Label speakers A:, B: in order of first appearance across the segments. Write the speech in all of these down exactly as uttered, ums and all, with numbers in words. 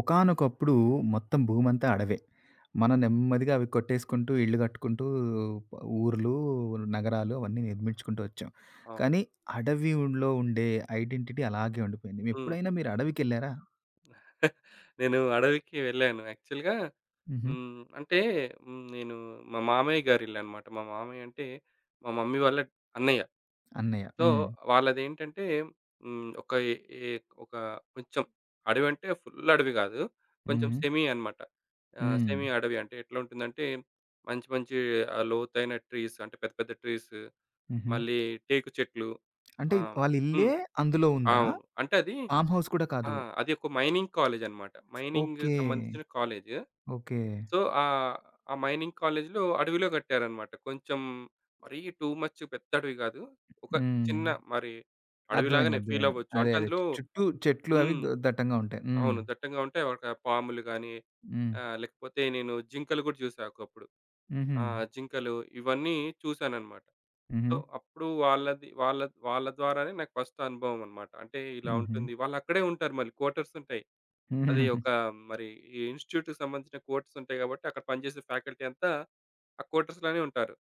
A: ఒకానొకప్పుడు మొత్తం భూమంతా అడవే. మనం నెమ్మదిగా అవి కొట్టేసుకుంటూ, ఇళ్ళు కట్టుకుంటూ, ప ఊర్లు, నగరాలు అవన్నీ నిర్మించుకుంటూ వచ్చాం.
B: అవును.
A: కానీ అడవిలో ఉండే ఐడెంటిటీ అలాగే ఉండిపోయింది. మీ-
B: హ్మ్.
A: ఎప్పుడైనా మీరు అడవికెళ్లారా?
B: నేను అడవికి వెళ్ళాను. యాక్చువల్‌గా
A: హుహు.
B: హ్మ్. అంటే హ్మ్. నేను మా మామయ్య గారిల్లనమాట. మా మామయ్య అంటే మా మమ్మీ వాళ్ళ అన్నయ్య.
A: అన్నయ్య.
B: సో,
A: హ్మ్.
B: వాళ్ళదేంటంటే హ్మ్. ఒక ఏ ఏ ఒక కొంచెం అడవంటే ఫుల్ అడవి గాదు. కొంచెం
A: హుహు.
B: సెమీ అన్నమాట. ఆహ్,
A: హ్మ్.
B: సెమీ అడవి అంటే ఎట్లుంటుందంటే మంచి మంచి ఆహ్, లోతైన ట్రీస్ అంటే పెద్ద పెద్ద ట్రీస్
A: హుహు.
B: మళ్ళీ టేకు చెట్లు.
A: అంటే
B: ఆ!
A: వాళ్ళ ఇల్లే
B: హ్మ్.
A: అందులో ఉందా?
B: అవును. అంటే అది
A: ఫార్మ్ హౌస్ కూడా
B: ఆ!
A: కాదు.
B: అది ఒక మైనింగ్ కాలేజనమాట. మైనింగ్‌కి
A: ఓకే.
B: సంబంధించిన కాలేజు.
A: ఓకే.
B: సో, ఆహ్, ఆ మైనింగ్ కాలేజులో అడవిలో కట్టారనమాట. కొంచెం మరీ టూ మచ్ పెద్ద అడవి కాదు. ఒక
A: హ్మ్.
B: చిన్న మరి
A: అర్థమైంది.
B: అడవిలాగానే
A: అర్థమైంది.
B: ఫీలవ్వచ్చు.
A: అదే.
B: అంటే
A: అదే.
B: అందులో
A: చుట్టూ చెట్లు అవి
B: హ్మ్.
A: గ దట్టంగా ఉంటాయి. హ్మ్.
B: అవును. దట్టంగా ఉంటాయి. ఒక పాములు గాని,
A: హ్మ్.
B: ఆహ్, లేకపోతే నేను జింకలు కూడా చూసా ఒకప్పుడు.
A: హుహు.
B: ఆ! జింకలు ఇవన్నీ చూసాననమాట.
A: హుహు.
B: సో, అప్పుడు వాళ్ళది వాళ్ళ వాళ్ళ ద్వారానే నాకు ఫస్ట్ అనుభవం అనమాట. అంటే ఇలా
A: హుహు.
B: ఉంటుంది. వాళ్ళక్కడే ఉంటారు మళ్ళీ క్వార్టర్స్ ఉంటాయి. అది ఒక మరి ఈ ఇన్‌స్టిట్యూట్‌కి సంబంధించిన క్వార్టర్స్ ఉంటాయి కాబట్టి, అక్కడ పనిచేసే ఫ్యాకల్టీ అంతా ఆ క్వార్టర్స్‌లోనే ఉంటారు.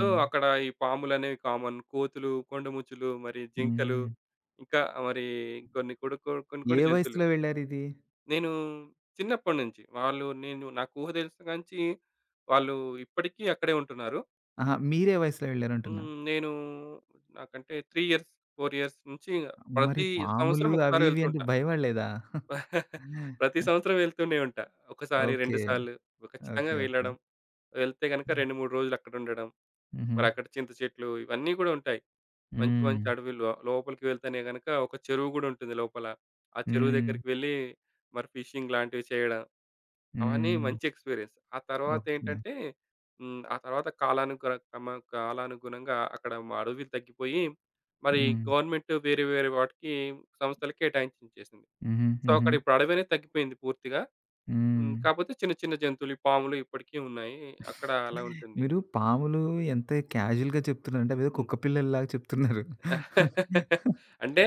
B: సో, అక్కడ ఈ పాములనేవి కామన్. కోతులు, కొండముచ్చులు, మరి జింకలు,
A: హ్మ్.
B: ఇంకా మరి కొన్ని కూడా కొ కొన్ని
A: ఏ
B: కొన్ని జంతువులు.
A: వయసులో వెళ్లారిది?
B: నేను చిన్నప్పటి నుంచి వాళ్ళు నేను నాకు ఊహ తెలిసిన కాన్నుంచి వాళ్ళు ఇప్పటికీ అక్కడే ఉంటున్నారు.
A: అహా! మీరే వయసులో వెళ్లారంటున్నా.
B: హ్మ్. నేను నాకంటే మూడు ఇయర్స్, నాలుగు ఇయర్స్ నుంచి
A: మరి
B: ప్రతి
A: పాములు
B: సంవత్సరం
A: అవి
B: ఒకసారి
A: ఇవి అంటే
B: వెళ్తుంటాను.
A: భయపడలేదా?
B: ప్రతి సంవత్సరం వెళ్తూనే ఉంటా. ఒకసారి,
A: ఓకే.
B: రెండు సార్లు ఖచ్చితంగా
A: ఓకే. ఓకే.
B: వెళ్ళడం. వెళ్తే గనుక
A: హ్మ్.
B: రెండు, మూడు రోజులు అక్కడ ఉండడం.
A: హుహు.
B: మరి అక్కడ చింత చెట్లు ఇవన్నీ కూడా ఉంటాయి. మంచి
A: హ్మ్.
B: మంచి అడవిలో లోపలికి వెళ్తేనే గనుక ఒక చెరువు గూడా ఉంటుంది లోపల. ఆ చెరువు
A: హ్మ్.
B: దగ్గరికి వెళ్లి మరి ఫిషింగ్ లాంటివి చేయడం. అవన్నీ
A: హ్మ్.
B: మంచి ఎక్స్‌పీరియన్స్. ఆ తర్వాత
A: ఓకే.
B: ఏంటంటే హ్మ్. ఆ తర్వాత కాలానుగుణ క్రమ కాలానుగుణంగా అక్కడ మా అడవులు తగ్గిపోయి మరి
A: హ్మ్.
B: గవర్నమెంట్ వేరే వేరే వాటికి సంస్థలకి కేటాయించించేసింది.
A: హుహు.
B: సో,
A: హుహు.
B: అక్కడ ఇప్పుడు అడవి అనేది తగ్గిపోయింది పూర్తిగా. హ్మ్.
A: హ్మ్.
B: కాపోతే చిన్న చిన్న జంతువులు ఈ పాములు ఇప్పటికి ఉన్నాయి. అక్కడ అలా ఉంటుంది.
A: మీరు పాములు ఎంత క్యాజుయల్‌గా చెప్తున్నారంటే అవేదో
B: హ్మ్.
A: కుక్క పిల్లల్లాగా చెప్తున్నారు.
B: అంటే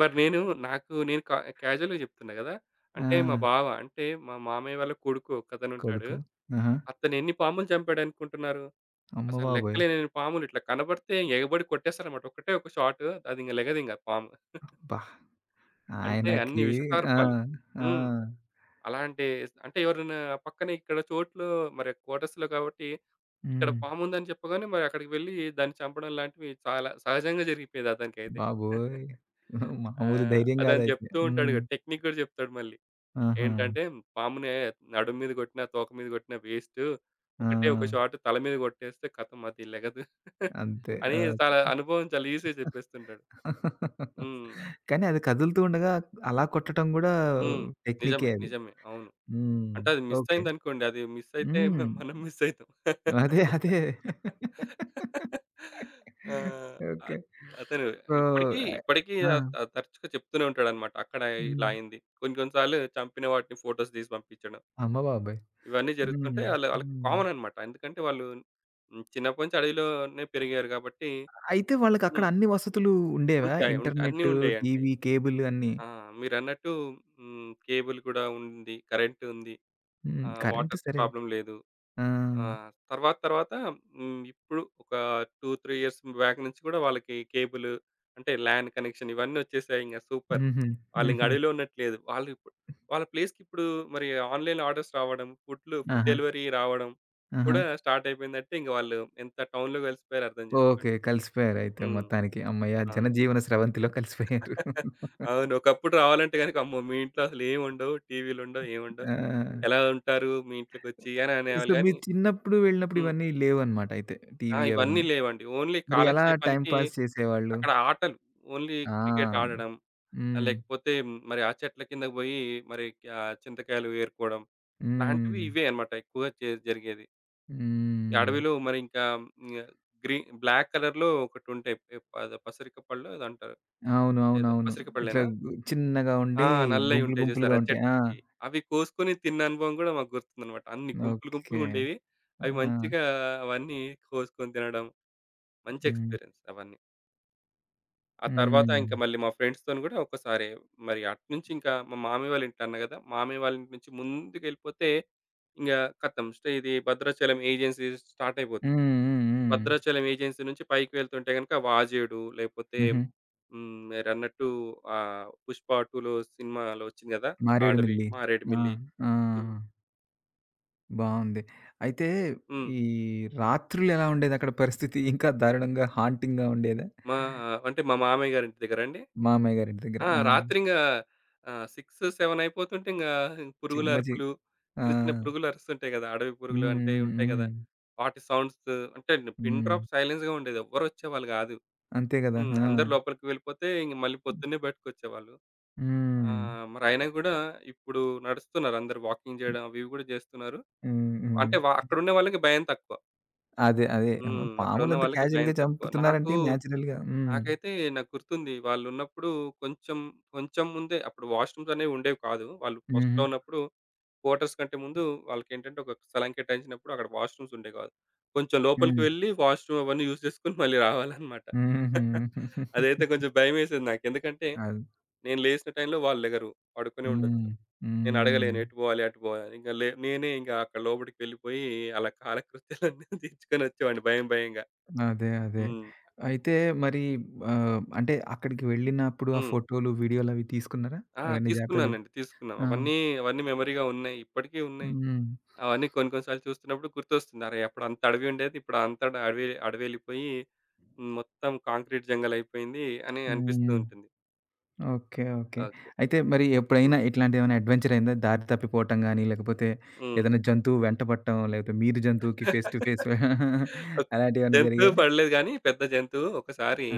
B: మరి నేను నాకు నేను కా క్యాజువల్‌గా చెప్తున్నా గదా!
A: ఆ!
B: అంటే మా బావ అంటే మా మామయ్య వాళ్ళ కొడుకు ఒకతనుంటాడు. అతను ఉంటాడు,
A: కొడుకు. ఆహా!
B: అతను ఎన్ని పాములు చంపాడనుకుంటున్నారు? అసలు
A: అమ్మబాబోయ్!
B: లెక్కలేనన్ని పాములు ఇట్లా కనబడితే ఎగబడి కొట్టేస్తాడన్నమాట. ఒకటే ఒక షాట్ అది ఇంక లెగదింక పాము.
A: అబ్బా!
B: అంటే అన్ని
A: ఆయనకి ఆ!
B: విషసర్పాలు.
A: ఆ!
B: హ్మ్. అలా అంటే అంటే ఎవరైనా పక్కన ఇక్కడ చోట్లు మరి క్వార్టర్స్‌లో కాబట్టి ఇక్కడ
A: హ్మ్.
B: పాముందని చెప్పగానే మరి అక్కడికి వెళ్ళి దాన్ని చంపడం లాంటివి చాలా సహజంగా జరిగిపోయేది అతనికైతే.
A: బాబోయ్!
B: ఆ!
A: మామూలు ధైర్యం
B: అతను
A: గాదైతే.
B: చెప్తూ
A: హ్మ్.
B: ఉంటాడుగా టెక్నిక్ కూడా చెప్తాడు మళ్ళీ.
A: ఆహా!
B: ఏంటంటే పాముని నడుము మీద కొట్టినా, తోక మీద కొట్టినా వేస్టు.
A: ఆ!
B: ఒకటే ఒక షాట్ తల మీద కొట్టేస్తే ఖతం అది లెగదు.
A: అంతే.
B: అని
A: ఆ!
B: చాలా అనుభవం చాలా ఈజీగా చెప్పేస్తుంటాడు. హ్మ్.
A: కానీ అది కదులుతూ ఉండగా అలా కొట్టటం గూడా
B: హ్మ్.
A: టెక్నికే
B: నిజమే.
A: అది.
B: నిజమే. అవును.
A: హ్మ్.
B: అంటే అది మిస్
A: ఓకే.
B: అయిందనుకోండి. అది మిస్ అయితే మ
A: హ్మ్.
B: మనం మిస్ అయితాం.
A: అదే. అదే.
B: ఆ!
A: ఓకే.
B: అత్ అతను
A: సో,
B: ఇప్పటికి, ఇప్పటికి
A: ఆ!
B: ఆహ్, ఆహ్, తరచుగా చెప్తూనే ఉంటాడన్నమాట. అక్కడ ఇలా
A: హ్మ్.
B: అయింది. కొన్ని కొన్ని సార్లు చంపిన వాటిని ఫోటోస్ తీసి పంపించడం.
A: అమ్మ బాబోయ్!
B: ఇవన్నీ
A: హ్మ్.
B: జరుగుతుంటే ఆళ్ళు ఆళ్ళకి
A: హ్మ్.
B: కామన్ అన్నమాట. ఎందుకంటే వాళ్ళు హ్మ్. చిన్నప్పటి నుంచి అడవిలోనే పెరిగారు కాబట్టి
A: అయితే వాళ్ళకక్కడ
B: హ్మ్.
A: అన్ని వసతులు ఉండేవా?
B: ఉంటాయి. ఉంటాయి. అన్నీ
A: ఇంటర్నెట్టు,
B: ఉండేయండి.
A: టీవీ, కేబుల్ అన్నీ.
B: ఆ! మీరన్నట్టు హ్మ్. కేబుల్ కూడా ఉంది. కరెంట్ ఉంది.
A: హ్మ్.
B: ఆహ్,
A: కరెంట్
B: వాటర్
A: సరే.
B: ప్రాబ్లమ్ లేదు.
A: ఆ!
B: ఆ! తర్వాత తర్వాత హ్మ్. ఇప్పుడు ఒక రెండు, మూడు ఇయర్స్ బ్యాక్ నుంచి గూడా వాళ్ళకి కేబుల్ అంటే లాన్ కనెక్షన్ ఇవన్నీ వచ్చేసాయి ఇంగ సూపర్.
A: హుహు.
B: వాళ్ళింక
A: హుహు.
B: అడవిలో ఉన్నట్టు లేదు. వాళ్ళు ఇప్పుడు వాళ్ళ ప్లేస్‌కి ఇప్పుడు మరి ఆన్‌లైన్ ఆర్డర్స్ రావడం, ఫుడ్‌లు ఫుడ్
A: ఆహా!
B: డెలివరీ రావడం
A: ఆహా!
B: కూడా స్టార్ట్ అయిపోయిందంటే ఇంక వాళ్ళు ఎంత టౌన్‌లో కలిసిపోయారో అర్థం
A: ఓకే.
B: చేసుకోండి.
A: కలిసిపోయారయితే
B: హ్మ్.
A: మొత్తానికి. హమ్మయ్య!
B: అవును.
A: జనజీవన స్రవంతిలో కలిసిపోయారు.
B: అవును. ఒకప్పుడు రావాలంటే గనుక అమ్మో! మీ ఇంట్లో అసలు ఏముండవు. టీవీలుండవు, ఏముండవు.
A: ఆ!
B: ఎలా ఉంటారు మీ ఇంట్లోకొచ్చి అని
A: సో,
B: అనేవాళ్ళు
A: మీరు
B: గానీ
A: చిన్నప్పుడు వెళ్ళినప్పుడు
B: హ్మ్.
A: ఇవన్నీ లేవనమాట అయితే.
B: ఆ!
A: టీవీ అవన్నీ.
B: ఇవన్నీ లేవండి. ఓన్లీ
A: మరి ఎలా టైమ్
B: కాలక్షేపానికి
A: పాస్ చేసేవాళ్ళు?
B: అక్కడ ఆటలు. ఓన్లీ
A: ఆ!
B: క్రికెట్ ఆడడం. ఆహ్,
A: హ్మ్.
B: లేకపోతే మరి ఆ చెట్ల కిందకి బోయి మరి ఆహ్, చింతకాయలు ఏరుకోవడం. ఇలాంటివి
A: హ్మ్.
B: ఇవే అన్నమాట ఎక్కువగా చే జరిగేది. ఈ
A: హ్మ్.
B: అడవిలో మరి ఇంకా ఇంగ గ్రీ బ్లాక్ కలర్‌లో ఒకటుంటాయి. పె పద పసరిక పళ్ళో ఏదో అంటారు.
A: అవును.
B: లేదా
A: అవునవును.
B: పసరిక
A: ఇట్లా
B: పళ్ళేనా?
A: గు చిన్నగా
B: ఆ!
A: ఉండి
B: నల్లయి
A: గుంపులు
B: ఉంటాయి
A: గుంపులుగా
B: చూసారా
A: ఉంటాయి. ఆ!
B: చెట్టుకి. అవి కోసుకొని తిన్న అనుభవం గూడా మాకు గుర్తుందన్నమాట. అన్ని గుంపులు
A: ఓకే.
B: గుంపులుగుండేవి.
A: ఆ!
B: అవి మంచిగా అవన్నీ కోసుకొని తినడం. మంచి
A: హ్మ్.
B: ఎక్స్‌పీరియన్స్ అవన్నీ. ఆ తర్వాత
A: హ్మ్.
B: ఇంకా మళ్ళీ మా ఫ్రెండ్స్‌తోని గూడా ఒక్కసారి మరి అటునుంచి ఇంకా మా మామయ్య వాళ్ళ ఇంటి అన్నా గదా! మామయ్య వాళ్ళ ఇంటి నుంచి ముందుకెళ్ళిపోతే ఇంగ ఖతం. స్టే ఇది భద్రాచలం ఏజెన్సీ స్టార్ట్ అయిపోద్ది.
A: హ్మ్. హ్మ్. హ్మ్.
B: భద్రాచలం ఏజెన్సీ నుంచి పైకి వెళ్తుంటే గనుక వాజేడు లేపోతే
A: హుహు.
B: హ్మ్. మీరన్నట్టు ఆహ్, 'పుష్ప టూ'లో సినిమాలో వచ్చింది గదా! అడవి,
A: మారేడుమిల్లి. ఆ!
B: మారేడుమిల్లి
A: ఆ! బావుంది. అయితే
B: హ్మ్.
A: ఈ రాత్రులు ఎలా ఉండేదక్కడ పరిస్థితి? ఇంకా దారుణంగా హాంటింగ్‌గా ఉండేదా?
B: మా అంటే మా మామయ్య గారింటి దగ్గరండి.
A: మామయ్య గారింటి దగ్గర.
B: ఆ!
A: ఆ!
B: రాత్రింగా ఆహ్, ఆరు, ఏడు అయిపోతుంటే ఇంగా పురుగుల
A: చిమ్మ చి
B: అరుపులు,
A: ఆ!
B: చిన్న చిన్న పురుగులు అరుస్తుంటాయి గదా! అడవి పురుగులు
A: హ్మ్.
B: అంటే
A: హ్మ్.
B: ఉంటాయి గదా!
A: హ్మ్.
B: వాటి సౌండ్స్ అంటే పిన్
A: హ్మ్.
B: డ్రాప్ సైలెన్స్‌గా ఉండేది. ఎవ్వరొచ్చేవాళ్ళు గాదు.
A: అంతే గదా!
B: హ్మ్.
A: ఆ!
B: అందరూ లోపలికి వెళ్ళిపోతే ఇంక మళ్ళీ పొద్దున్నే బయటకొచ్చేవాళ్ళు.
A: హ్మ్.
B: ఆహ్, మరయినా గూడా ఇప్పుడు నడుస్తున్నారు అందరూ వాకింగ్ జేయడం అవి ఇవి గూడా జేస్తున్నారు.
A: హ్మ్. హ్మ్.
B: అంటే వ అక్కడున్న వాళ్ళకి భయం తక్కువ.
A: అదే. అదే.
B: హ్మ్. అక్కడున్న
A: పాములంత
B: వాళ్ళకి భయం
A: క్యాజుయల్‌గా
B: తక్కువ. నాకు
A: చంపుతున్నారంటే నేచురల్‌గా. హ్మ్.
B: నాకైతే నాకు గుర్తుంది. వాళ్ళున్నప్పుడు కొంచెం, కొంచెం ముందే అప్పుడు వాష్‌రూమ్స్ అనేవి ఉండేవి కాదు. వాళ్ళు
A: హుహు.
B: ఫస్ట్‌లో ఉన్నప్పుడు క్వార్టర్స్ కంటే ముందు వాళ్ళకేంటంటే ఒక స్థలం కేటాయించినప్పుడు అక్కడ వాష్‌రూమ్స్ ఉండేవి కాదు. కొంచెం లోపలికి
A: హ్మ్.
B: వెళ్ళి వాష్‌రూమ్ అవన్నీ యూజ్ చేసుకొని మళ్ళీ రావాలన్నమాట.
A: హుహు.
B: అదైతే కొంచెం భయమేసేది నాకు. ఎందుకంటే
A: అది.
B: నేను లేసిన టైంలో వాళ్ళు లెగరు. పడుకునే
A: హ్మ్.
B: ఉండొచ్చు. నేను
A: హ్మ్.
B: అడగలేను ఎటు పోవాలి, అటు పోవాలి. ఇంక లే నేనే ఇంక అక్కడ లోపలికి వెళ్ళిపోయి అలా కాలకృత్యాలన్నీ తీర్చుకొని వచ్చేవాడిని భయం భయంగా.
A: అదే. అదే.
B: హ్మ్.
A: అయితే మరి ఆహ్, అంటే అక్కడికి వెళ్ళినప్పుడు ఆ
B: హ్మ్.
A: ఫోటోలు, వీడియోలవి తీసుకున్నారా?
B: ఆ!
A: అవన్నీ జాగ్రత్తగా
B: తీసుకున్నానండి. తీసుకున్నాం.
A: ఆ!
B: అవన్నీ, అవన్నీ మెమరీగా ఉన్నాయి. ఇప్పటికీ ఉన్నాయి.
A: హ్మ్.
B: అవన్నీ కొన్ని కొన్ని సార్లు చూస్తున్నప్పుడు గుర్తొస్తుంది. అరే! అప్పుడు అంత అడవి ఉండేది. ఇప్పుడు అంతా అడవి అడవెళ్ళిపోయి హ్మ్. మొత్తం కాంక్రీట్ జంగల్ అయిపోయింది అని అనిపిస్తూ
A: హ్మ్.
B: ఉంటుంది.
A: ఓకే. ఓకే.
B: ఓకే.
A: అయితే మరి
B: హ్మ్.
A: ఎప్పుడైనా ఇట్లాంటిదేమైనా అడ్వెంచర్ అయిందా? దారి తప్పిపోవటం గాని, లేకపోతే
B: హ్మ్.
A: ఏదైనా జంతువు వెంట పడటం, లేకపోతే మీరు జంతువుకి ఫేస్ టు ఫేస్
B: ఓకే.
A: అలాంటివేమైనా
B: జంతువు
A: జరిగాయా?
B: పడలేదు గానీ, పెద్ద జంతువు ఒకసారి
A: ఆ!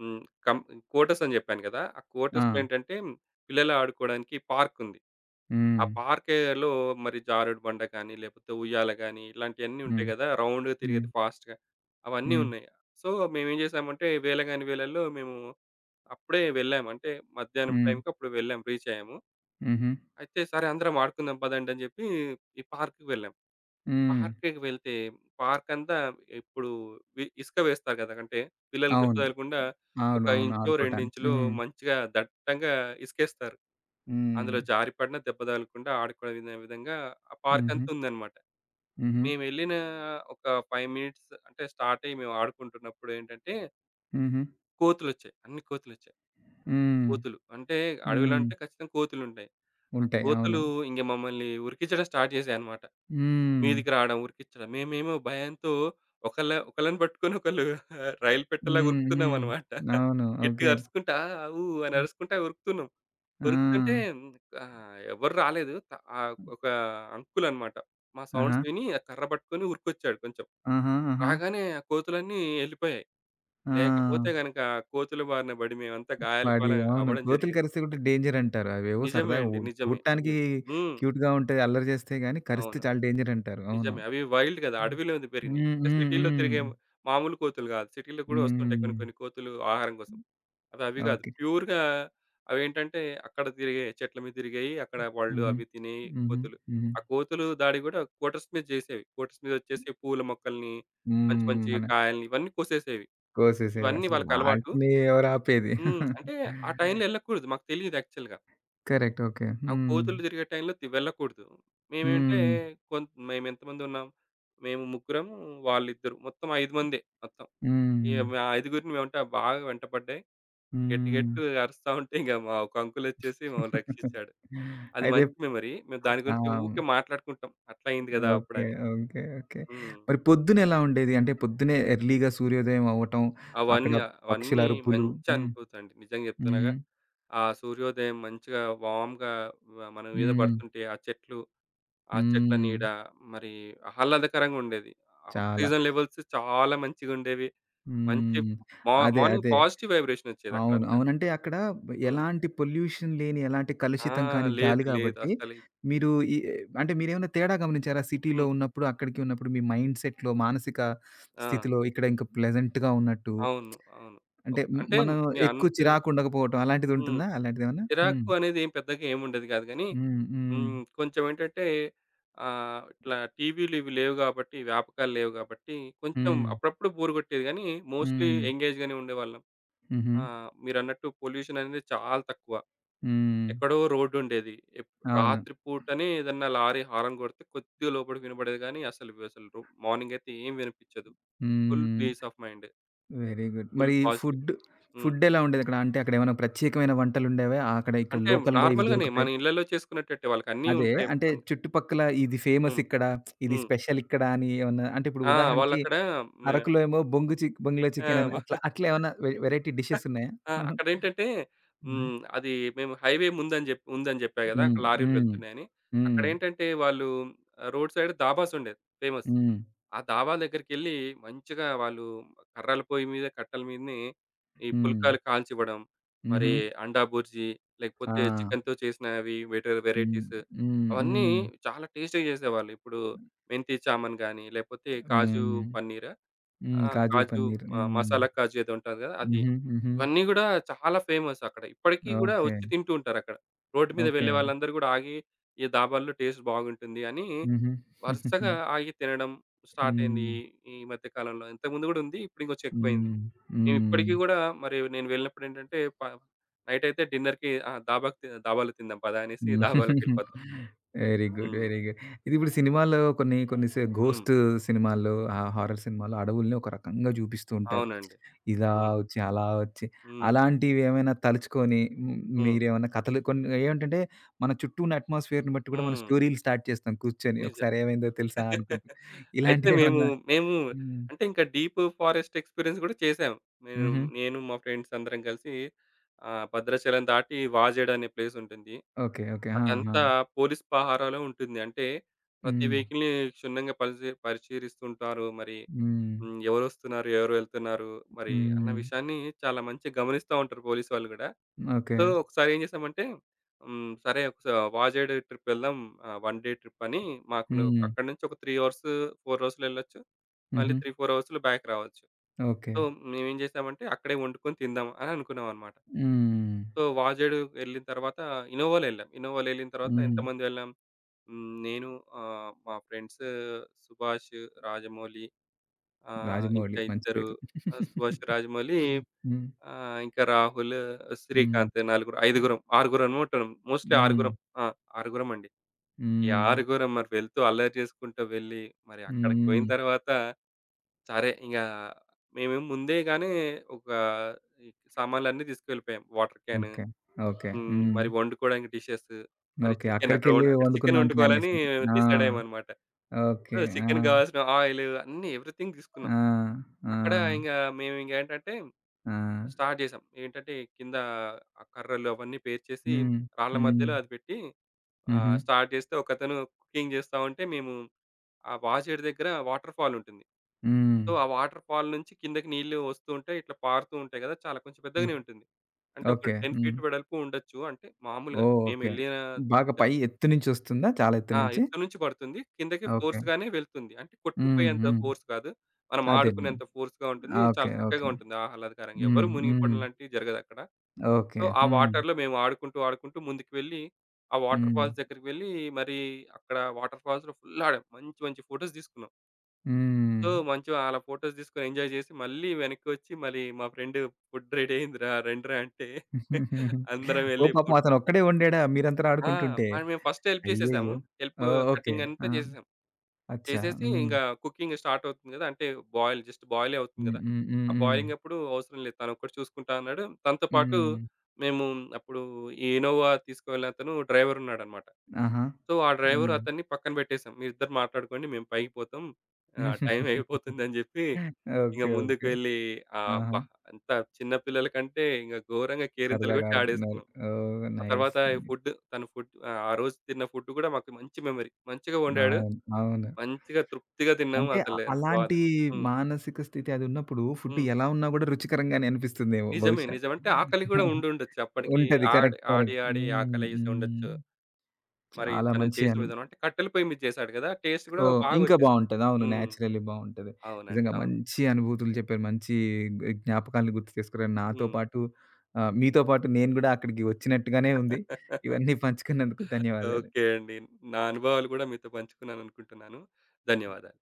B: హ్మ్. కం కోటర్స్ అని చెప్పాను కదా! ఆ
A: ఆ!
B: కోటర్స్‌లో ఏంటంటే పిల్లలు ఆడుకోవడానికి పార్క్ ఉంది.
A: హ్మ్.
B: ఆ పార్క్ ఏరియాలో మరి జారుడు బండ కానీ, లేకపోతే ఉయ్యాల గానీ, ఇలాంటియన్నీ
A: హ్మ్.
B: ఉంటాయి గదా! రౌండ్‌గా
A: హ్మ్.
B: తిరిగేది ఫాస్ట్‌గా. అవన్నీ
A: హ్మ్.
B: ఉన్నాయి. సో, మేమేం జేసామంటే వేళగాని వేళల్లో మేము అప్పుడే వెళ్ళాము. అంటే మధ్యాహ్నం
A: హ్మ్.
B: టైంకి అప్పుడు వెళ్ళాం. రీచ్ అయ్యాము.
A: హుహు.
B: అయితే సరే అందరం ఆడుకుందాం పదండి అని జెప్పి ఈ పార్క్‌కి వెళ్ళాం.
A: హ్మ్.
B: పార్క్‌కి వెళ్తే పార్క్ అంతా ఇప్పుడు వి ఇసుక వేస్తారు గదా! అంటే పిల్లలకి దెబ్బ
A: అవును.
B: తగలకుండా
A: అవును.
B: ఒక
A: అవును.
B: ఇంచో, రెండు
A: ఆడుకోటానికి.
B: ఇంచులో
A: హ్మ్.
B: మంచిగా దట్టంగా ఇసుకేస్తారు.
A: హ్మ్.
B: అందులో జారిపడినా, దెబ్బ తగలకుండా ఆడుకునే విధ- విధంగా ఆ
A: హుహు.
B: పార్కంతా ఉందన్నమాట.
A: హుహు.
B: మేమెళ్ళిన ఒక ఐదు మినిట్స్ అంటే స్టార్ట్ అయ్యి మేము ఆడుకుంటున్నప్పుడు ఏంటంటే,
A: హుహు.
B: కోతులొచ్చాయి. అన్ని కోతులొచ్చాయి.
A: హ్మ్.
B: కోతులు అంటే అడవిలో
A: హ్మ్.
B: అంటే ఖచ్చితంగా కోతులుంటాయి. ఆ
A: ఉంటాయి. అవును.
B: కోతులు ఇంక మమ్మల్ని ఉరికించడం స్టార్ట్ చేశాయన్నమాట.
A: హ్మ్.
B: మీదికి రావడం, ఉరికిచ్చడం. మేమేమో భయంతో ఒకళ్ళ ఒకళ్ళని పట్టుకొని ఒకళ్ళు రైలు పెట్టలాగా
A: హ్మ్. హ్మ్.
B: ఉరుకుతున్నామనమాట.
A: అవును.
B: గట్టిగా
A: ఓకే.
B: అరుచుకుంటా ఊ అని అరుచుకుంటా ఉరుకుతున్నాం.
A: ఆ!
B: ఉరుకుతుంటే ఆహ్, ఎవరు రాలేదు. త ఆహ్, ఒక అంకుల్ అనమాట. మా
A: ఆహా!
B: సౌండ్స్ విని ఆ కర్ర పట్టుకొని ఉరికొచ్చాడు కొంచెం.
A: ఆహా! ఆహా!
B: రాగానే ఆ కోతులన్నీ ఎళ్ళిపోయాయి.
A: ఆ!
B: లేకపోతే గనక కోతుల బారిన పడి మేమంతా గాయాల
A: వాడి
B: పాలు
A: అవును.
B: అవ్వడం
A: కోతులు
B: జరిగింది.
A: కరిస్తే కూడా డేంజర్ అంటారు. అవేవో
B: నిజమే
A: సరదాగా ఉ
B: అండి. నిజమే. అవి
A: చూడటానికి
B: హ్మ్.
A: క్యూట్‌గా ఉంటాయి. అల్లరి చేస్తాయి గానీ కరిస్తే
B: అవును.
A: చాలా డేంజర్ అంటారు. అవును.
B: నిజమే. అవి వైల్డ్ గదా!
A: హ్మ్.
B: అడవిలోది పెరిగినయి.
A: హ్మ్.
B: అంటే
A: హ్మ్.
B: సిటీలో
A: హ్మ్.
B: తిరిగే మామూలు కోతులు గాదు. సిటీలో గూడా వస్తుంటాయి
A: హ్మ్.
B: కొన్ని కొన్ని కోతులు ఆహారం కోసం. అవి అవి గాదు.
A: ఓకే.
B: ప్యూర్‌గా అవేంటంటే అక్కడ తిరిగాయి. చెట్ల మీద తిరిగాయి. అక్కడ వాళ్ళు
A: హుహు.
B: అవి తినే
A: హుహు.
B: కోతులు.
A: హుహు.
B: ఆ కోతులు దాడి గూడా క్వార్టర్స్ మీద జేసేవి. క్వార్టర్స్ మీద వచ్చేసి పూల మొక్కల్ని, మంచి
A: హ్మ్.
B: మంచి
A: మన
B: కాయల్ని ఇవన్నీ కోసేసేవి.
A: కోసేసేవి
B: ఇవన్నీ
A: అసలు
B: వాళ్ళకలవాటు.
A: వాటిని ఎవరు ఆపేది.
B: హ్మ్. అంటే ఆ టైంలో ఎళ్ళకూడదు. మాకు తెలీదు యాక్చువల్‌గా.
A: కరెక్ట్. ఓకే.
B: ఆ
A: హ్మ్.
B: కోతులు తిరిగే టైంలో తి వెళ్ళకూడదు. మేమేంటే
A: హ్మ్.
B: కొంత్ మేమెంతమంది ఉన్నాం? మేము ముగ్గురము, వాళ్ళిద్దరు. మొత్తం ఐదు మందే మొత్తం. ఇగ
A: హ్మ్.
B: మా ఐదుగురిని వెంట బాగా వెంటపడ్డాయి. గట్టి
A: హ్మ్.
B: గట్టిగా అరుస్తా ఉంటే ఇంక మా ఒక అంకులొచ్చేసి మమ్మల్ని రక్షించాడు. అది
A: అయితే
B: మంచి మెమరీ. మేము దాని
A: ఆ!
B: గురించి ఊకే మాట్లాడుకుంటాం. అట్లా అయింది గదా!
A: ఓకే.
B: అప్పుడని.
A: ఓకే. ఓకే.
B: హ్మ్.
A: మరి పొద్దున ఎలా ఉండేది? అంటే పొద్దున్నే ఎర్లీ‌గా సూర్యోదయం అవ్వటం, అక్కడ
B: అవన్నీ
A: పక్షుల
B: అవన్నీ
A: అరుపులు.
B: మంచి
A: హ్మ్.
B: అనుభూతండి. నిజంగా చెప్తున్నాగా.
A: హుహు.
B: ఆ సూర్యోదయం మంచిగా వామ్‌గా వ మన మీద
A: హ్మ్.
B: పడుతుంటే ఆ చెట్లు ఆ చెట్ల
A: హ్మ్.
B: నీడ మరి ఆహ్లాదకరంగా ఉండేది.
A: చాలా.
B: ఆక్సిజన్ లెవెల్స్ చాలా మంచిగుండేవి. మంచి
A: హ్మ్.
B: మా
A: అదే.
B: మార్నింగ్
A: అదే.
B: పాజిటివ్ వైబ్రేషన్ ఒచ్చేది
A: అవును.
B: అక్కడంతా.
A: అవునంటే అక్కడ
B: హ్మ్.
A: ఎలాంటి పొల్యూషన్ లేని, ఎలాంటి
B: ఆ!
A: కలుషితం కాని
B: లేదు.
A: గాలి
B: లేదు.
A: గాబట్టి,
B: అస్సలు
A: మీరు ఈ అంటే మీరేమన్నా తేడా గమనించారా? సిటీలో
B: హ్మ్.
A: ఉన్నప్పుడు, అక్కడికి ఉన్నప్పుడు మీ మైండ్ సెట్‌లో, మానసిక
B: ఆ!
A: స్థితిలో ఇక్కడ ఇంకా ప్లెజెంట్‌గా ఉన్నట్టు,
B: అవును. అవును.
A: అంటే
B: ఓక్
A: హ్మ్,
B: అంటే
A: మనం ఎక్కువ
B: మీరన్నట్టు
A: చిరాకు ఉండకపోవటం
B: హ్మ్.
A: అలాంటిదుంటుందా? అలాంటిదేమన్నా? హ్మ్.
B: చిరాకు అనేది ఏం పెద్దగా ఏముండేది గాదు గానీ,
A: హ్మ్. హ్మ్.
B: హ్మ్. కొంచెం ఏంటంటే ఆహ్, ఇట్లా టీవీలు ఇవి లేవు గాబట్టి, వ్యాపకాలు లేవు గాబట్టి కొంచెం
A: హ్మ్.
B: అప్పుడప్పుడు బోర్ గొట్టేది గానీ, మోస్ట్‌లీ
A: హ్మ్.
B: ఎంగేజ్‌గానే ఉండేవాళ్ళం.
A: హుహు.
B: ఆ! మీరన్నట్టు పొల్యూషన్ అనేది చాలా తక్కువ.
A: హ్మ్.
B: ఎక్కడో రోడ్డుండేది. ఎప్
A: అవును.
B: రాత్రి పూటనే ఏదన్నా లారీ హారన్ కొడితే కొద్దిగా లోపలికి వినబడేది గానీ, అసలు అసలు రో మార్నింగయితే ఏం వినిపిచ్చదు. ఫుల్
A: హ్మ్.
B: Peace of mind.
A: Very good.
B: Full
A: మరి
B: పాజిటివ్.
A: ఫుడ్,
B: హ్మ్.
A: ఫుడ్ ఎలా ఉండేదక్కడ? అంటే అక్కడేమైనా ప్రత్యేకమైన వంటలుండేవా? అక్కడ ఇక్కడ
B: అంటే
A: లోకల్‌గా ఇవి
B: నార్మల్‌గానే
A: దొరుకుతాయి.
B: మన ఇళ్ళలో చేసుకునేటట్టే వాళ్ళకన్నీ
A: అదే
B: ఉంటాయి.
A: అంటే
B: పన్
A: చుట్టుపక్కల ఇది ఫేమస్
B: హ్మ్.
A: ఇక్కడ, ఇది
B: హ్మ్.
A: స్పెషల్ ఇక్కడ అని ఏమన్నా అంటే ఇప్పుడు
B: ఆ!
A: ఉదాహరణకి
B: వాళ్ళక్కడ మే
A: అరకులో ఏమో బొంగు చిక్ బొంగులో చికెన్ అని
B: ఆ!
A: అట్లా, అట్లా ఏమన్నా వె వెరైటీ డిషెస్ ఉన్నాయా?
B: ఆ!
A: హుహు.
B: అక్కడేంటంటే హ్మ్. అది మేము హైవే ముందని జెప్ ఉందని జెప్పా గదా!
A: హ్మ్.
B: అక్కడ లారీలు
A: హ్మ్.
B: వెళ్తున్నాయని.
A: హ్మ్.
B: అక్కడేంటంటే వాళ్ళు ఆహ్, రోడ్ సైడ్ దాబాసుండేది ఫేమస్.
A: హ్మ్.
B: ఆ దాబా దగ్గరికెళ్ళి మంచిగా వాళ్ళు కర్రల పొయ్యి మీద, కట్టెల మీదనే ఈ
A: హ్మ్.
B: పుల్కాలు కాల్చివ్వడం.
A: హుహు.
B: మరి అండా బుర్జీ,
A: ఆ!
B: లేకపోతే చికెన్‌తో చేసినవి వేరే
A: హ్మ్.
B: వెరైటీస్
A: హ్మ్.
B: అవన్నీ
A: హ్మ్.
B: చాలా టేస్టీ‌గా చేసేవాళ్ళు. ఇప్పుడు మెంతి చామన్ గాని, లేకపోతే కాజు
A: హ్మ్.
B: పన్నీరా?
A: హ్మ్.
B: ఆ!
A: కాజు
B: కాజు
A: పన్నీర్.
B: ఆహ్,
A: హ్మ్.
B: మసాలా కాజు ఏదో ఉంటది కదా! అది.
A: హుహు. హుహు.
B: ఇవన్నీ గూడా చాలా ఫేమస్ అక్కడ. ఇప్పటికి గూడా
A: ఓకే.
B: వచ్చి తింటూ ఉంటారక్కడ. రోడ్డు మీద
A: ఓకే.
B: వెళ్ళే వాళ్ళందరూ గూడా ఆగి, ఈ దాబాల్లో టేస్ట్ బాగుంటుంది అని
A: హుహు.
B: వరుసగా ఆగి తినడం స్టార్ట్ అయింది.
A: హ్మ్.
B: ఈ ఈ మధ్య కాలంలో. ఇంతకుముందు గూడా ఉంది. ఇప్పుడు ఇంకొంచెం ఎక్కువైంది.
A: హ్మ్. హ్మ్.
B: నేనిప్పటికి గూడా మరి నేను వెళ్ళినప్పుడేంటంటే ప నైట్ అయితే డిన్నర్‌కి ఆ! దాబాకి తి- దాబాలో తిందాం పదా అనేసి
A: హ్మ్.
B: దాబాలోకెళ్ళిపోతాం.
A: Very good.
B: హ్మ్.
A: Very good. ఇది ఇప్పుడు సినిమాల్లో కొన్ని కొన్ని సి
B: హ్మ్.
A: ఘోస్ట్ సినిమాల్లో, ఆ హారర్ సినిమాల్లో అడవుల్ని ఒక రకంగా చూపిస్తూ ఉంటారు.
B: అవునండి.
A: ఇలా
B: హ్మ్.
A: వచ్చి, అలా వచ్చి,
B: హ్మ్.
A: అలాంటివి ఏమైనా తలుచుకొని హ్మ్,
B: హ్మ్.
A: మీరేమన్నా కథలు కొన్ని ఏమిటంటే మన చుట్టూ ఉన్న అట్మాస్ఫియర్‌ని బట్టి కూడా మనం
B: హ్మ్.
A: స్టోరీలు స్టార్ట్ చేస్తాం కూర్చొని.
B: నిజం.
A: ఒకసారి ఏమైందో తెలుసా అనుకుంటూ.
B: అయితే మేము,
A: ఇలాంటివేమన్నా
B: మేము
A: హ్మ్.
B: అంటే ఇంకా డీప్ ఫారెస్ట్ ఎక్స్‌పీరియన్స్ గూడా చేసాం. నేను,
A: హుహు.
B: నేను మా ఫ్రెండ్స్ అందరం కలిసి ఆహ్, భద్రాచలం దాటి వాజేడు అనే ప్లేస్ ఉంటుంది.
A: ఓకే. ఓకే. ఆ! ఆ!
B: అటంతా పోలీస్ పహారాలో ఉంటుంది. అంటే ప్రతి
A: హ్మ్.
B: వెహికల్‌ని క్షుణ్ణంగా పరిశీ పరిశీలిస్తుంటారు. మరి
A: హ్మ్.
B: హ్మ్. ఎవరొస్తున్నారు? ఎవరు వెళ్తున్నారు? మరి అన్న
A: హ్మ్.
B: విషయాన్ని చాలా మంచిగా గమనిస్తా ఉంటారు పోలీసు వాళ్ళు గూడా.
A: ఓకే.
B: సో, ఒకసారి ఏం చేశామంటే హ్మ్. సరే ఒకసా వాజేడు ట్రిప్ వెళ్దాం. ఆహ్, వన్ డే ట్రిప్ అని మాకు ను
A: హ్మ్.
B: అక్కడి నుంచి ఒక మూడు అవర్స్, నాలుగు అవర్స్‌లో ఎళ్ళొచ్చు. మళ్ళీ
A: హుహు.
B: మూడు, నాలుగు అవర్స్‌లో బ్యాక్ రావచ్చు.
A: ఓకే.
B: సో, మేమేం చేశామంటే అక్కడే వండుకొని తిందాం అని అనుకున్నామనమాట.
A: హ్మ్.
B: సో, వాజేడు వెళ్ళిన తర్వాత ఇన్నోవాలో ఎళ్ళాం. ఇన్నోవాలో ఎళ్ళిన తర్వాత
A: హ్మ్.
B: ఎంతమంది వెళ్ళాం? హ్మ్. నేను ఆహ్, మా ఫ్రెండ్స్ సుభాష్, రాజమౌళి ఆహ్,
A: రాజమౌళి
B: ఇంకా
A: మంచి
B: ఇద్దరు
A: పేరు.
B: ఆహ్, సుభాష్, రాజమౌళి
A: హ్మ్.
B: ఆహ్, ఇంకా రాహుల్, శ్రీకాంత్
A: హ్మ్.
B: నలుగురు, ఐదుగురం, ఆరుగురం ఉంటాం. మోస్ట్‌లీ
A: హ్మ్.
B: ఆరుగురం. ఆ! ఆరుగురం అండి. ఈ
A: హ్మ్.
B: ఆరుగురం మరి వెళ్తూ అల్లరి చేసుకుంటూ వెళ్ళి మరి అక్కడికి పోయిన
A: హ్మ్.
B: తర్వాత సరే ఇంగా మేమేమో ముందేగానే ఒక ఈ సామాన్లన్నీ తీసుకెళ్ళిపోయాం. Water can
A: okay. ఓకే.
B: హ్మ్.
A: హ్మ్.
B: మరి వండుకోవడానికి డిషెస్ మరి
A: ఓకే.
B: చికెన్ అక్కడ
A: అక్కడికెళ్ళి
B: వం అక్కడ చికెన్
A: వండుకుందాం అని ప్లాన్
B: వండుకోవాలని
A: చేసారు. ఆ!
B: డిసైడ్ అయ్యామన్నమాట.
A: ఓకే.
B: సో,
A: ఆ!
B: చికెన్‌కి కావాల్సిన ఆయిలు అన్నీ ఎవ్రీథింగ్ తీసుకున్నాం.
A: ఆ! ఆ!
B: అక్కడ ఇంగ మేమింకేంటంటే
A: ఆ!
B: స్టార్ట్ చేసాం. ఏంటంటే కింద ఆ కర్రలు అవన్నీ పేర్చేసి
A: హ్మ్.
B: రాళ్ళ
A: హ్మ్.
B: మధ్యలో అది పెట్టి
A: హుహు.
B: ఆహ్, స్టార్ట్ చేస్తే ఒకతను కుకింగ్ చేస్తా ఉంటే మేము ఆ వాజేడు దగ్గర వాటర్ ఫాల్ ఉంటుంది.
A: హ్మ్.
B: సో, ఆ వాటర్ ఫాల్ నుంచి కిందకి నీళ్ళు వస్తూ ఉంటాయి. ఇట్లా పారుతూ ఉంటాయి కదా! చాలా కొంచెం
A: హ్మ్.
B: పెద్దగానే ఉంటుంది. అంటే ఒక
A: ఓకే.
B: పది
A: హ్మ్.
B: ఫీట్ వెడల్పు ఉండొచ్చు. అంటే మామూలుగా
A: ఓహ్! ఓకే.
B: మేమెళ్ళిన
A: బాగా
B: దగ్గర.
A: పై ఎత్తు నుంచొస్తుందా? చాలా ఎత్తు
B: ఆ!
A: నుంచి?
B: ఎత్తు నుంచి పడుతుంది. కిందకి
A: ఓకే.
B: ఫోర్స్‌గానే వెళ్తుంది. అంటే
A: హ్మ్.
B: కొట్టుకుపోయేంత
A: హ్మ్.
B: ఫోర్స్ కాదు. మనం
A: అదేలెండి.
B: ఆడుకునేంత ఫోర్స్‌గా ఉంటుంది.
A: ఆ!
B: చాలా
A: ఓకే.
B: చక్కగా
A: ఓకే.
B: ఉంటుంది ఆహ్లాదకరంగా.
A: హ్మ్.
B: ఎవరు
A: హ్మ్.
B: మునిగిపోవడం లాంటివి జరగదక్కడ.
A: ఓకే.
B: సో, ఆ
A: హ్మ్.
B: వాటర్‌లో మేము ఆడుకుంటూ, ఆడుకుంటూ ముందుకు వెళ్ళి, ఆ వాటర్
A: హ్మ్.
B: ఫాల్స్ దగ్గరికి వెళ్ళి మరి అక్కడ వాటర్ ఫాల్స్‌లో ఫుల్ ఆడాం. మంచి, మంచి ఫోటోస్ తీసుకున్నాం.
A: హ్మ్.
B: సో, మంచిగా అలా ఫోటోస్ తీసుకొని ఎంజాయ్ చేసి మళ్ళీ వెనక్కి వచ్చి మళ్ళీ మా ఫ్రెండ్ "ఫుడ్ రెడీ అయిందిరా రండిరా" అంటే అందరం
A: ఓహ్!
B: వెళ్లి
A: పాపం
B: ఫుడ్
A: అతనొక్కడే ఉండాడా మీరందరూ
B: ఆ!
A: ఆడుకుంటుంటే?
B: మరి మేము ఫస్ట్ హెల్ప్ చేసేసాము.
A: అయ్యయ్యో!
B: హెల్ప్
A: ఓహ్! ఓకే.
B: కటింగ్ అంతా
A: ఆ!
B: చేసేసాం.
A: అచ్చా!
B: చేసేసి
A: హ్మ్.
B: ఇంక కుకింగ్ స్టార్ట్ అవుతుంది గదా! అంటే బాయిల్ జస్ట్ బాయిలే అవుతుంది
A: హ్మ్.
B: గదా!
A: హ్మ్. హ్మ్.
B: ఆ
A: హ్మ్.
B: బాయిలింగ్ అప్పుడు అవసరం లేదు. తనొక్కడు చూసుకుంటా అన్నాడు. తనతో పాటు
A: హ్మ్.
B: మేము అప్పుడు ఈ ఇనోవా తీసుకువెళ్ళిన అతను డ్రైవరున్నాడనమాట.
A: ఆహా!
B: సో, ఆ డ్రైవరు
A: హ్మ్.
B: అతన్ని పక్కన పెట్టేసాం. మీరిద్దరు మాట్లాడుకోండి మేము పైకి పోతాం. ఆహ్, టైం అయిపోతుందని జెప్పి ఇంగ
A: ఓకే.
B: ముందుకు
A: ఓకే.
B: వెళ్ళి ఆహ్,
A: ఆహా!
B: అబ్బా! అంత చిన్న పిల్లల కంటే ఇంగ ఘోరంగా కేరింతలు
A: సరదాగా
B: కొట్టి
A: ఆడుకున్నారు.
B: ఆడేసుకున్నాం.
A: ఓహ్!
B: ఆ
A: నైస్.
B: తర్వాత ఈ
A: నైస్.
B: ఫుడ్ తను ఫుడ్ ఆహ్, ఆ రోజు తిన్న ఫుడ్ గూడా మాకు మంచి మెమరీ. మంచిగా వండాడు.
A: అవును. అవును.
B: మంచిగా తృప్తిగా తిన్నాము
A: అంటే అ
B: అసలు ఎంత
A: అలాంటి
B: బాధని. హ్మ్.
A: మానసిక స్థితి అదున్నప్పుడు ఫుడ్
B: హ్మ్.
A: ఎలా ఉన్నా గూడా రుచికరంగానే అనిపిస్తుందేమో
B: నిజమే.
A: బహుశా.
B: నిజమే. అంటే ఆకలి గూడా ఉండుండొచ్చు. అప్పటికి
A: ఉంటది.
B: ఆడి,
A: కరెక్ట్.
B: ఆడి,
A: కరెక్ట్.
B: ఆడి
A: హ్మ్.
B: ఆకలేసి
A: హ్మ్.
B: ఉండొచ్చు. మరి
A: చాలా
B: తను
A: మంచి
B: చేసిన
A: అను
B: విధానం అంటే కట్టెల పొయ్యి మీద చేశాడు గదా! టేస్ట్ గూడా
A: ఓహ్! ఇంకా
B: బాగొచ్చేసింది.
A: బావుంటది. అవును.
B: హ్మ్.
A: నేచురల్లీ బావుంటది.
B: అవునండి.
A: నిజంగా
B: అవును.
A: మంచి అనుభూతులు చెప్పారు. మంచి గ్ జ్ఞాపకాలను గుర్తు చేసుకున్నారు. నాతో
B: హ్మ్.
A: పాటు ఆహ్, మీతో పాటు నేను గూడా అక్కడికి వచ్చినట్టుగానే ఉంది. ఇవన్నీ పంచుకున్నందుకు ధన్యవాదాలు.
B: ఓకే అండి. నా అనుభవాలు గూడా మీతో పంచుకున్నాననుకుంటున్నాను. ధన్యవాదాలు.